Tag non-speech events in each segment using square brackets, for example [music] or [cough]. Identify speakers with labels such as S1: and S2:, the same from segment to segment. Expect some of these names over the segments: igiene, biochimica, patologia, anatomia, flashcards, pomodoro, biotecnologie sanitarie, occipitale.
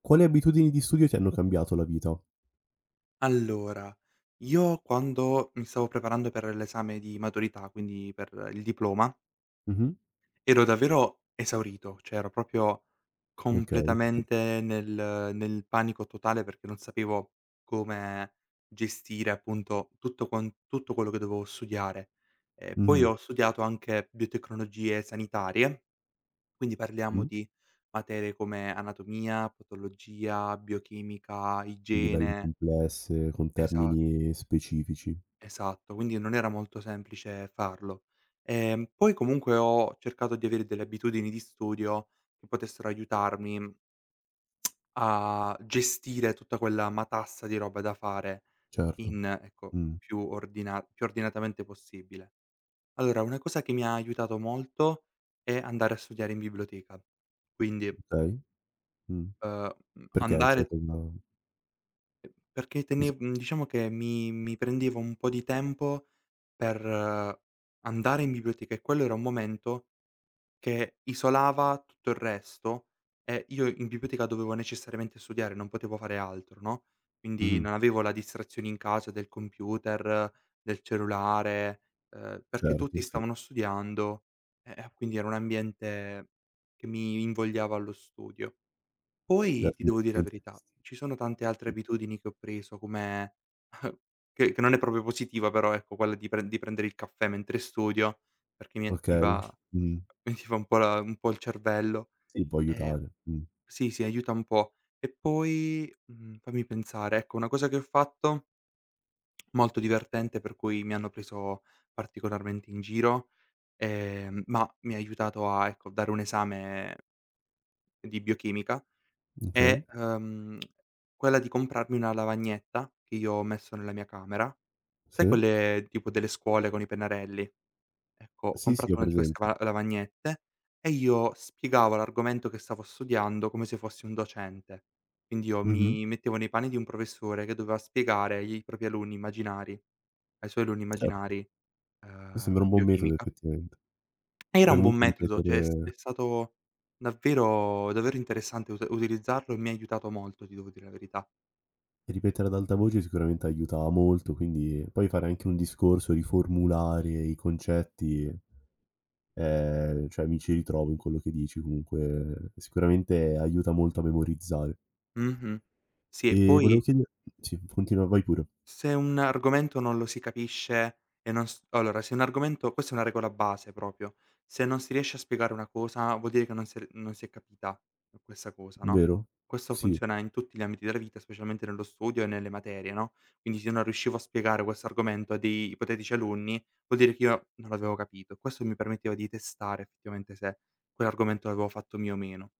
S1: Quali abitudini di studio ti hanno cambiato la vita?
S2: Allora, io quando mi stavo preparando per l'esame di maturità, quindi per il diploma,
S1: Mh-mh,
S2: ero davvero esaurito, cioè ero proprio
S1: okay.
S2: completamente nel panico totale perché non sapevo come gestire appunto tutto quello che dovevo studiare. Poi
S1: Mh-mh,
S2: ho studiato anche biotecnologie sanitarie, quindi parliamo
S1: mh.
S2: di materie come anatomia, patologia, biochimica,
S1: Quindi belle
S2: igiene.
S1: complesse, con
S2: esa
S1: termini specifici.
S2: Esatto, quindi non era molto semplice farlo. Poi comunque ho cercato di avere delle abitudini di studio che potessero aiutarmi a gestire tutta quella matassa di roba da fare
S1: Certo.
S2: in, ecco,
S1: Mh,
S2: più ordinatamente possibile. Allora, una cosa che mi ha aiutato molto è andare a studiare in biblioteca. Quindi,
S1: okay. Mh.
S2: uhm,
S1: Perché? Cioè
S2: andare
S1: con
S2: Perché
S1: cos
S2: tene mhmm, diciamo che mi prendevo un po' di tempo per andare in biblioteca, e quello era un momento che isolava tutto il resto e io in biblioteca dovevo necessariamente studiare, non potevo fare altro, no, quindi
S1: mh,
S2: non avevo la distrazione in casa del computer, del cellulare, perché
S1: certo,
S2: tutti
S1: sì.
S2: stavano studiando, quindi era un ambiente che mi invogliava allo studio. Poi ti devo dire la verità,
S1: [unintelligible]
S2: ci sono tante altre abitudini che ho preso come [laughs] che non è proprio positiva, però ecco, quella di pren di prendere il caffè mentre studio, perché mi
S1: Okay.
S2: attiva
S1: Mh.
S2: [laughs] mi attiva un po' il cervello.
S1: Sì, può
S2: Ehm,
S1: aiutare.
S2: sì, sì, aiuta un po'. E poi, fammi pensare, ecco una cosa che ho fatto molto divertente per cui mi hanno preso particolarmente in giro, ma mi ha aiutato a, ecco, dare un esame di biochimica.
S1: Okay.
S2: È quella di comprarmi una lavagnetta che io ho messo nella mia camera. Sai
S1: Sì.
S2: quelle tipo delle scuole con i pennarelli? Ecco, ho
S1: Sì, sì,
S2: comprato
S1: ho
S2: una di queste
S1: presente.
S2: va lavagnette e io spiegavo l'argomento che stavo studiando come se fossi un docente. Quindi io
S1: Mh-mh.
S2: mi mettevo nei panni di un professore che doveva spiegare ai suoi alunni
S1: Certo.
S2: immaginari,
S1: Mi sembra un buon metodo
S2: biochimica.
S1: effettivamente.
S2: Era
S1: Cioè
S2: un buon
S1: comunque
S2: metodo, cioè
S1: ripetere
S2: è stato davvero davvero interessante ut utilizzarlo e mi ha aiutato molto, ti devo dire la verità.
S1: Ripetere ad alta voce sicuramente aiutava molto, quindi poi fare anche un discorso, riformulare i concetti, cioè mi ci ritrovo in quello che dici comunque, sicuramente aiuta molto a memorizzare.
S2: Mh-mh. Sì, e
S1: E volevo
S2: poi
S1: chiede Sì, continua, vai pure.
S2: se un argomento non lo si capisce e non s allora, se un argomento, questa è una regola base proprio, se non si riesce a spiegare una cosa vuol dire che non si è capita questa cosa, no,
S1: Vero?
S2: questo
S1: Sì,
S2: funziona in tutti gli ambiti della vita, specialmente nello studio e nelle materie, no, quindi se io non riuscivo a spiegare questo argomento a dei ipotetici alunni, vuol dire che io non l'avevo capito, e questo mi permetteva di testare effettivamente se quell'argomento l'avevo fatto mio o meno.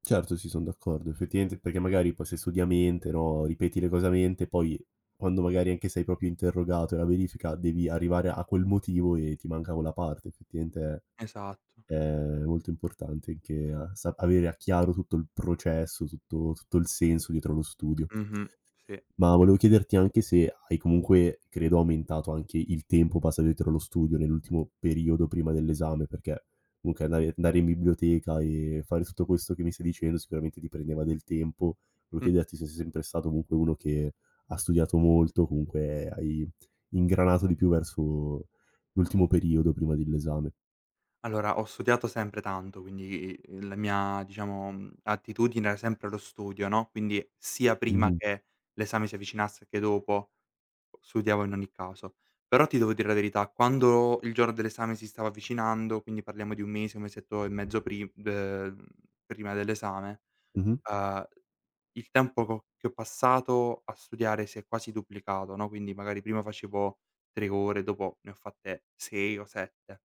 S1: certo, sì, son d'accordo. Effettivamente perché magari poi se studi a mente, no, ripeti le cose a mente, poi quando magari anche sei proprio interrogato e la verifica devi arrivare a quel motivo e ti manca quella parte, effettivamente è
S2: Esatto.
S1: è molto importante anche a sa avere a chiaro tutto il processo, tutto il senso dietro allo studio.
S2: Mh-mh, sì.
S1: Ma volevo chiederti anche se hai comunque, credo, aumentato anche il tempo passato dietro allo studio nell'ultimo periodo prima dell'esame, perché comunque andare in biblioteca e fare tutto questo che mi stai dicendo sicuramente ti prendeva del tempo. Volevo
S2: Hm.
S1: chiederti se sei sempre stato comunque uno che ha studiato molto, comunque hai ingranato di più verso l'ultimo periodo prima dell'esame.
S2: Allora, ho studiato sempre tanto, quindi la mia, diciamo, attitudine era sempre lo studio, no, quindi sia prima
S1: Mh-mh.
S2: che l'esame si avvicinasse che dopo, studiavo in ogni caso. Però ti devo dire la verità, quando il giorno dell'esame si stava avvicinando, quindi parliamo di 1 mese, 1 mesetto e mezzo prima dell'esame,
S1: Mh-mh.
S2: uhm, il tempo co che ho passato a studiare si è quasi duplicato, no, quindi magari prima facevo 3 ore, dopo ne ho fatte 6 o 7.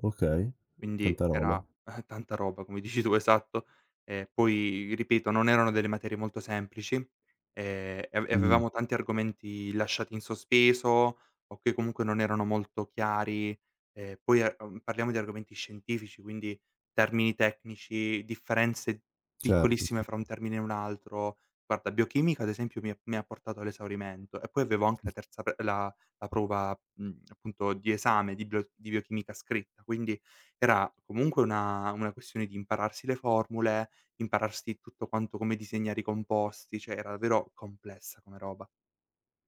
S1: Okay,
S2: Quindi
S1: tanta
S2: era
S1: roba.
S2: tanta roba, come [laughs] dici tu, esatto. Poi ripeto, non erano delle materie molto semplici, e
S1: Mh,
S2: avevamo tanti argomenti lasciati in sospeso o che comunque non erano molto chiari. Poi, parliamo di argomenti scientifici, quindi termini tecnici, differenze
S1: certo, sì.
S2: piccolissime fra un termine e un altro. Guarda, biochimica ad esempio mi ha portato all'esaurimento e poi avevo anche la terza pre la prova, appunto di esame di bio di biochimica scritta, quindi era comunque una questione di impararsi le formule, impararsi tutto quanto come disegnare i composti, cioè era davvero complessa come roba.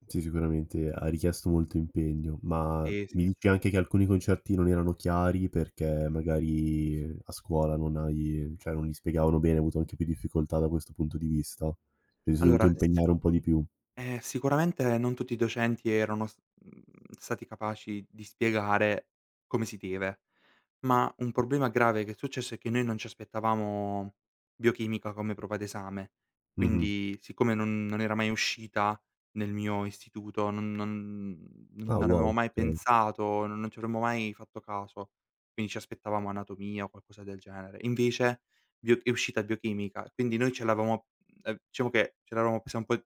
S1: Sì, sicuramente ha richiesto molto impegno, ma
S2: Sì,
S1: mi
S2: sì.
S1: dici anche che alcuni concerti non erano chiari perché magari a scuola non hai cioè non li spiegavano bene, hai avuto anche più difficoltà da questo punto di vista? Ti sei dovuto
S2: Allora,
S1: impegnare un po' di più.
S2: Sicuramente non tutti i docenti erano mhmm, stati capaci di spiegare come si deve, ma un problema grave che è successo è che noi non ci aspettavamo biochimica come prova d'esame,
S1: Mh-mh.
S2: quindi siccome non era mai uscita nel mio istituto, non non
S1: Ah,
S2: non avevamo
S1: wow,
S2: mai
S1: okay.
S2: pensato, non ci avremmo mai fatto caso, quindi ci aspettavamo anatomia o qualcosa del genere. Invece bio è uscita biochimica, quindi noi ce l'avevamo, diciamo che ce l'eravamo presa un po'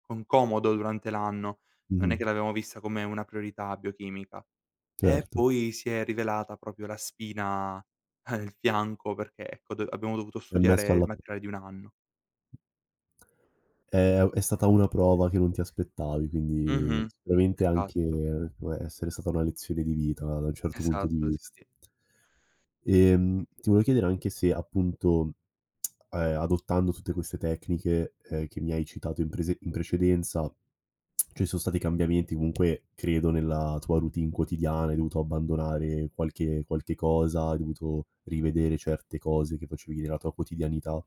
S2: con comodo durante l'anno, non
S1: Mh-mh,
S2: è che l'avevamo vista come una priorità biochimica. E
S1: certo.
S2: poi si è rivelata proprio la spina [laughs] nel fianco perché, ecco, do abbiamo dovuto
S1: È ammesso
S2: studiare il
S1: alla
S2: materiale di un anno.
S1: È è stata una prova che non ti aspettavi, quindi
S2: Mh-mh.
S1: sicuramente
S2: Esatto,
S1: anche può essere stata una lezione di vita da un certo punto di
S2: esatto, sì,
S1: vista.
S2: sì.
S1: Ti volevo chiedere anche se appunto, adottando tutte queste tecniche, che mi hai citato in precedenza, ci sono stati cambiamenti comunque credo nella tua routine quotidiana, hai dovuto abbandonare qualche cosa, hai dovuto rivedere certe cose che facevi nella tua quotidianità?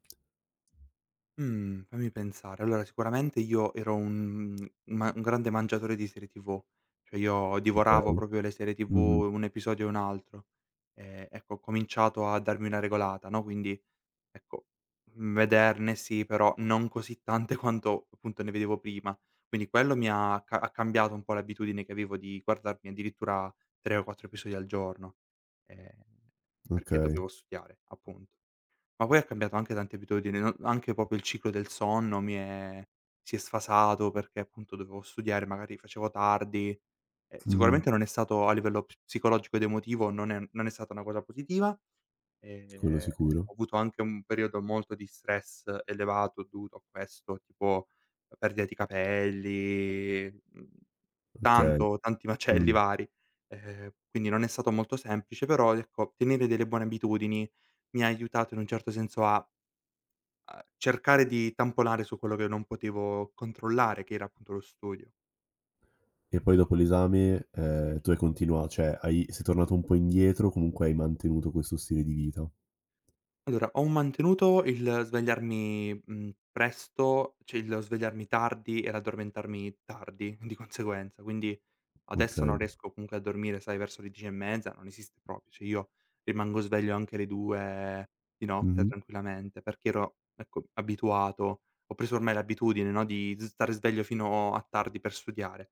S2: Mhmm, Fammi pensare. Allora sicuramente io ero ma un grande mangiatore di serie TV, cioè io divoravo
S1: Okay.
S2: proprio le serie TV,
S1: Mh-mh.
S2: un episodio e un altro. Ecco, ho cominciato a darmi una regolata, no, quindi ecco, vederne sì, però non così tante quanto appunto ne vedevo prima. Quindi quello mi ha cambiato un po' l'abitudine che avevo di guardarmi addirittura 3 o 4 episodi al giorno, ehm, perché
S1: Okay.
S2: dovevo studiare, appunto. Ma poi ha cambiato anche tante abitudini, no, anche proprio il ciclo del sonno mi è si è sfasato perché appunto dovevo studiare, magari facevo tardi.
S1: Mh-mh.
S2: Sicuramente non è stato a livello ps psicologico ed emotivo, non è stata una cosa positiva.
S1: Quello
S2: Ehm,
S1: sicuro.
S2: Ho avuto anche un periodo molto di stress elevato dovuto a questo, tipo perdita di capelli, mhmm,
S1: Okay.
S2: tanto tanti macelli
S1: Mh.
S2: vari. Quindi non è stato molto semplice, però ecco, tenere delle buone abitudini mi ha aiutato in un certo senso a cercare di tamponare su quello che non potevo controllare, che era appunto lo studio.
S1: E poi dopo l'esame, tu hai continua cioè hai sei tornato un po' indietro, comunque hai mantenuto questo stile di vita.
S2: Allora, ho mantenuto il svegliarmi, presto, cioè il svegliarmi tardi e l'addormentarmi tardi di conseguenza, quindi adesso non
S1: Okay.
S2: riesco comunque a dormire, sai, verso le 10 e mezza, non esiste proprio, cioè io rimango sveglio anche alle 2 di notte
S1: Mh-mh.
S2: tranquillamente, perché ero, ecco, abituato, ho preso ormai l'abitudine, no, di stare sveglio fino a tardi per studiare.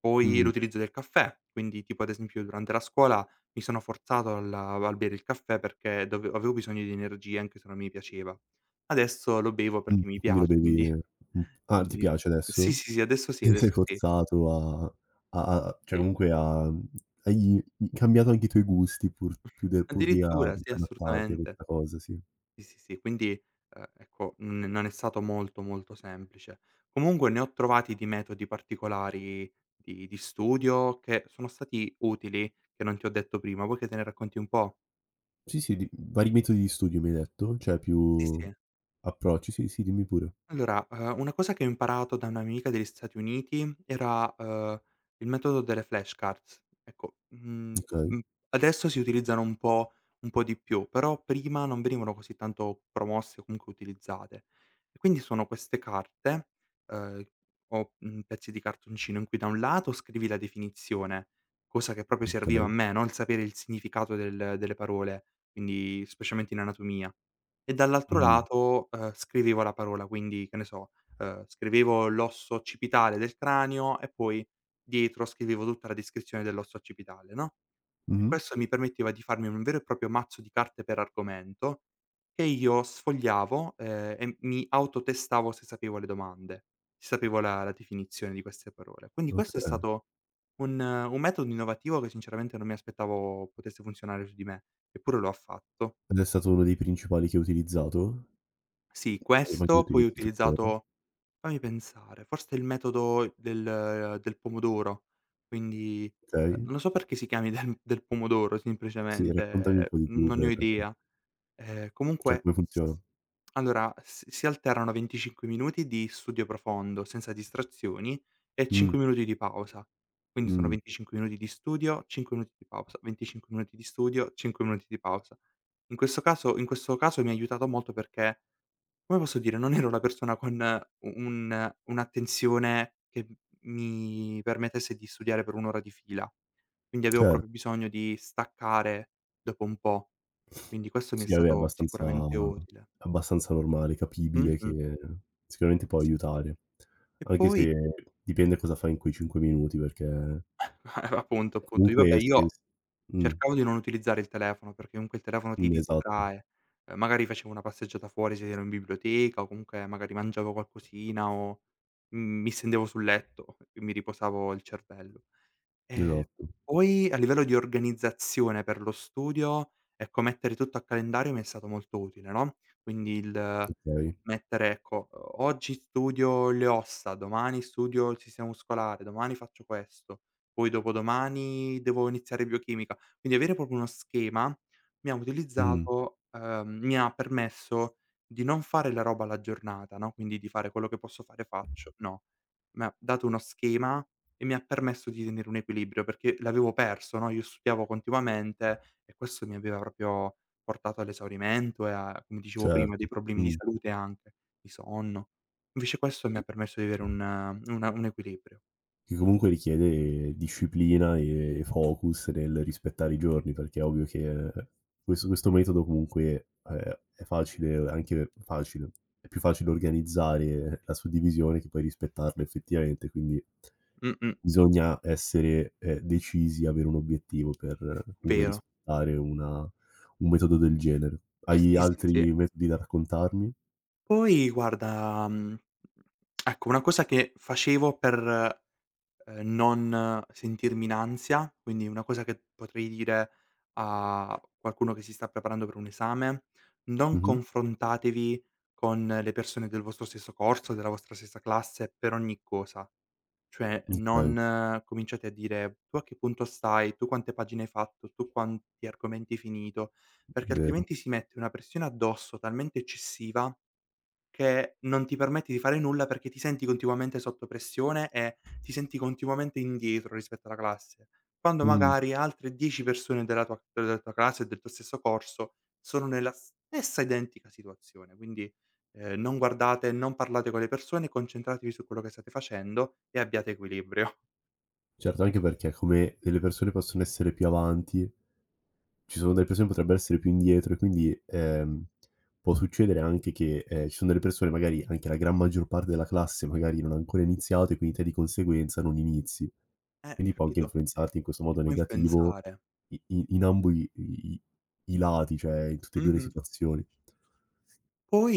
S2: Poi
S1: Mh-mh.
S2: l'utilizzo del caffè, quindi tipo ad esempio durante la scuola mi sono forzato al bere il caffè perché dove avevo bisogno di energia anche se non mi piaceva. Adesso lo bevo
S1: Mh.
S2: perché mi
S1: Quindi lo
S2: piace,
S1: bevi
S2: quindi
S1: mh.
S2: [laughs]
S1: Ah, ti
S2: quindi
S1: piace
S2: sì,
S1: adesso?
S2: sì, sì, adesso sì,
S1: Ti
S2: adesso
S1: sei
S2: sì,
S1: forzato a a cioè
S2: sì.
S1: comunque a hai cambiato anche i tuoi gusti pur più de pur di a
S2: Addirittura, sì,
S1: adattarti a
S2: assolutamente.
S1: questa cosa, sì.
S2: Sì, sì, sì, quindi, ecco, n non è stato molto, molto semplice. Comunque ne ho trovati di metodi particolari di studio che sono stati utili, che non ti ho detto prima. Vuoi che te ne racconti un po'?
S1: Sì, sì, di vari metodi di studio mi hai detto? Cioè
S2: Sì,
S1: più
S2: sì.
S1: approcci, sì, sì, dimmi pure.
S2: Allora, una cosa che ho imparato da un'amica degli Stati Uniti era, il metodo delle flashcards. Ecco,
S1: Okay,
S2: mhmm, adesso si utilizzano un po' di più, però prima non venivano così tanto promosse o comunque utilizzate. E quindi sono queste carte, ehm, o, pezzi di cartoncino in cui da un lato scrivi la definizione, cosa che proprio serviva a
S1: okay.
S2: me, no, il sapere il significato delle parole, quindi specialmente in anatomia. E dall'altro
S1: Mh.
S2: lato, scrivevo la parola, quindi, che ne so, scrivevo l'osso occipitale del cranio e poi dietro scrivevo tutta la descrizione dell'osso occipitale, no, e
S1: Mh-mh.
S2: questo mi permetteva di farmi un vero e proprio mazzo di carte per argomento, che io sfogliavo, e mi autotestavo se sapevo le domande, se sapevo la definizione di queste parole. Quindi questo è
S1: Okay.
S2: stato un metodo innovativo che sinceramente non mi aspettavo potesse funzionare su di me, eppure lo ha fatto.
S1: Ed è stato uno dei principali che hai utilizzato?
S2: Sì,
S1: E ma li
S2: questo poi ho
S1: utilizzi tuttora?
S2: utilizzato, fammi pensare, forse il metodo del pomodoro. Quindi,
S1: Okay.
S2: non lo so perché si chiami [laughs] del pomodoro
S1: Sì, raccontami un
S2: semplicemente,
S1: po' di più,
S2: non ne ho
S1: per
S2: idea.
S1: cioè
S2: Comunque
S1: come funziona.
S2: s Allora si alternano 25 minuti di studio profondo senza distrazioni e
S1: Mh,
S2: 5 minuti di pausa. Quindi sono
S1: mh.
S2: 25 minuti di studio, 5 minuti di pausa, 25 minuti di studio, 5 minuti di pausa. In questo caso mi ha aiutato molto perché, come posso dire, non ero una persona con u un un'attenzione che m mi permettesse di studiare per 1 ora di fila, quindi avevo
S1: cer
S2: proprio bisogno di staccare dopo un po', quindi questo mi è
S1: Sì, vabbè,
S2: stato
S1: abbastanza
S2: sicuramente utile.
S1: abbastanza normale, capibile
S2: Mh-mh.
S1: che sicuramente può
S2: Sì, sì.
S1: aiutare.
S2: E
S1: Anche
S2: poi
S1: se dipende cosa fai in quei 5 minuti, perché
S2: [laughs] appunto, appunto, io vabbè,
S1: comunque se
S2: io
S1: s mh,
S2: cercavo di non utilizzare il telefono, perché comunque il telefono ti
S1: esatto,
S2: distrae. Magari facevo una passeggiata fuori se ero in biblioteca o comunque magari mangiavo qualcosina o, mi stendevo sul letto e mi riposavo il cervello. Ehm,
S1: esatto.
S2: Poi a livello di organizzazione per lo studio, ecco, mettere tutto a calendario mi è stato molto utile, no, quindi il
S1: Okay.
S2: mettere, ecco, o oggi studio le ossa, domani studio il sistema muscolare, domani faccio questo, poi dopodomani devo iniziare biochimica. Quindi avere proprio uno schema mi ha
S1: Mh,
S2: utilizzato, mi ha permesso di non fare la roba alla giornata, no, quindi di fare quello che posso fare, faccio, no. Mi ha dato uno schema e mi ha permesso di tenere un equilibrio, perché l'avevo perso, no, io studiavo continuamente e questo mi aveva proprio portato all'esaurimento e a, come dicevo prima,
S1: certo.
S2: dei problemi di
S1: Mh.
S2: salute anche, di sonno. Invece questo mi
S1: E
S2: ha permesso di avere un equilibrio.
S1: Che comunque richiede disciplina e focus nel rispettare i giorni, perché è ovvio che questo metodo comunque, è più facile organizzare la suddivisione che poi rispettarla effettivamente, quindi
S2: Mh-mh,
S1: bisogna essere, decisi, avere un obiettivo per comunque
S2: vero. [laughs]
S1: rispettare una un metodo del genere.
S2: Ah
S1: Hai
S2: sì, sì, sì.
S1: altri metodi da raccontarmi?
S2: Poi guarda, ecco una cosa che facevo per non sentirmi in ansia, quindi una cosa che potrei dire a qualcuno che si sta preparando per un esame: non
S1: Mh-mh.
S2: confrontatevi con le persone del vostro stesso corso, della vostra stessa classe per ogni cosa. Cioè,
S1: Okay,
S2: non cominciate a dire: "Tu a che punto stai? Tu quante pagine hai fatto? Tu quanti argomenti hai finito?" Perché
S1: vero.
S2: altrimenti si mette una pressione addosso talmente eccessiva che non ti permette di fare nulla perché ti senti continuamente sotto pressione e ti senti continuamente indietro rispetto alla classe, quando
S1: Mh.
S2: magari altre 10 persone della tua classe, e del tuo stesso corso, sono nella stessa identica situazione. Quindi, non guardate, non parlate con le persone, concentratevi su quello che state facendo e abbiate equilibrio.
S1: Certo, anche perché come delle persone possono essere più avanti, ci sono delle persone che potrebbero essere più indietro e quindi, può succedere anche che, ci sono delle persone, magari anche la gran maggior parte della classe magari non ha ancora iniziato, e quindi te di conseguenza non inizi. Quindi può anche
S2: Capito?
S1: influenzarti in questo
S2: Ti
S1: modo
S2: può
S1: negativo,
S2: influenzare.
S1: i i in ambo i i lati, cioè in tutte e 2 le
S2: Mh-mh.
S1: situazioni.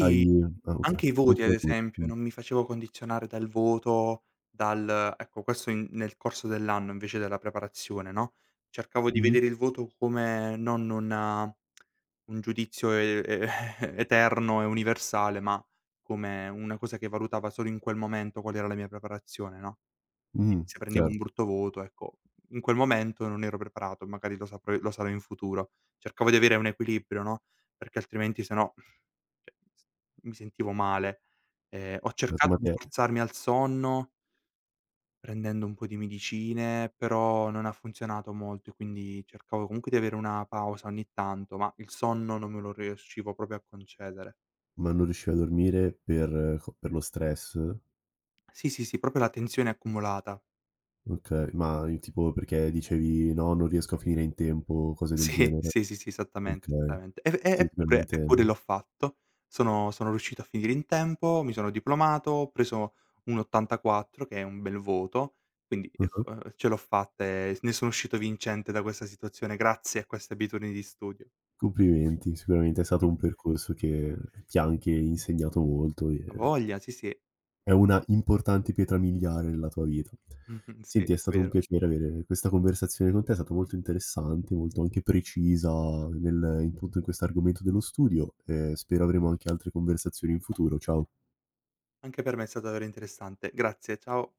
S1: Hai Ah, okay.
S2: anche i voti ad
S1: [unintelligible]
S2: esempio,
S1: Mh.
S2: non mi facevo condizionare dal voto, dal ecco, questo in nel corso dell'anno invece della preparazione, no, cercavo di
S1: Mh.
S2: vedere il voto come non una un giudizio e [laughs] eterno e universale, ma come una cosa che valutava solo in quel momento qual era la mia preparazione, no. Quindi
S1: Mh.
S2: se prendevo un
S1: Certo.
S2: brutto voto, ecco, in quel momento non ero preparato, magari lo sarò in futuro. Cercavo di avere un equilibrio, no, perché altrimenti, se no, cioè, mi sentivo male. Ho cercato
S1: [unintelligible]
S2: di
S1: te
S2: forzarmi al sonno prendendo un po' di medicine, però non ha funzionato molto e quindi cercavo comunque di avere una pausa ogni tanto, ma il sonno non me lo riuscivo proprio a concedere.
S1: Ma non riuscivi a dormire per lo stress?
S2: Sì, sì, sì, proprio la tensione accumulata.
S1: Okay, ma i tipo perché dicevi: "No, non riesco a finire in tempo", cose del
S2: Sì,
S1: genere?
S2: sì, sì, sì, esattamente,
S1: Okay.
S2: esattamente. E
S1: Sì, sicuramente.
S2: eppure l'ho fatto. Sono riuscito a finire in tempo, mi sono diplomato, ho preso un 84 che è un bel voto, quindi
S1: Mh-mh.
S2: ecco, ce l'ho fatta e ne sono uscito vincente da questa situazione grazie a queste abitudini di studio. [laughs]
S1: Complimenti, sicuramente è stato un
S2: Mh-mh.
S1: percorso che ti ha anche insegnato molto e
S2: A voglia, sì, sì. [laughs]
S1: è una importante pietra miliare nella tua vita.
S2: Mh-mh, sì,
S1: Senti, è stato un
S2: vero.
S1: piacere avere questa conversazione con te, è stata molto interessante, molto anche precisa nel in tutto in questo argomento dello studio, e spero avremo anche altre conversazioni in futuro. Ciao.
S2: Anche per me è stato davvero interessante. Grazie, ciao.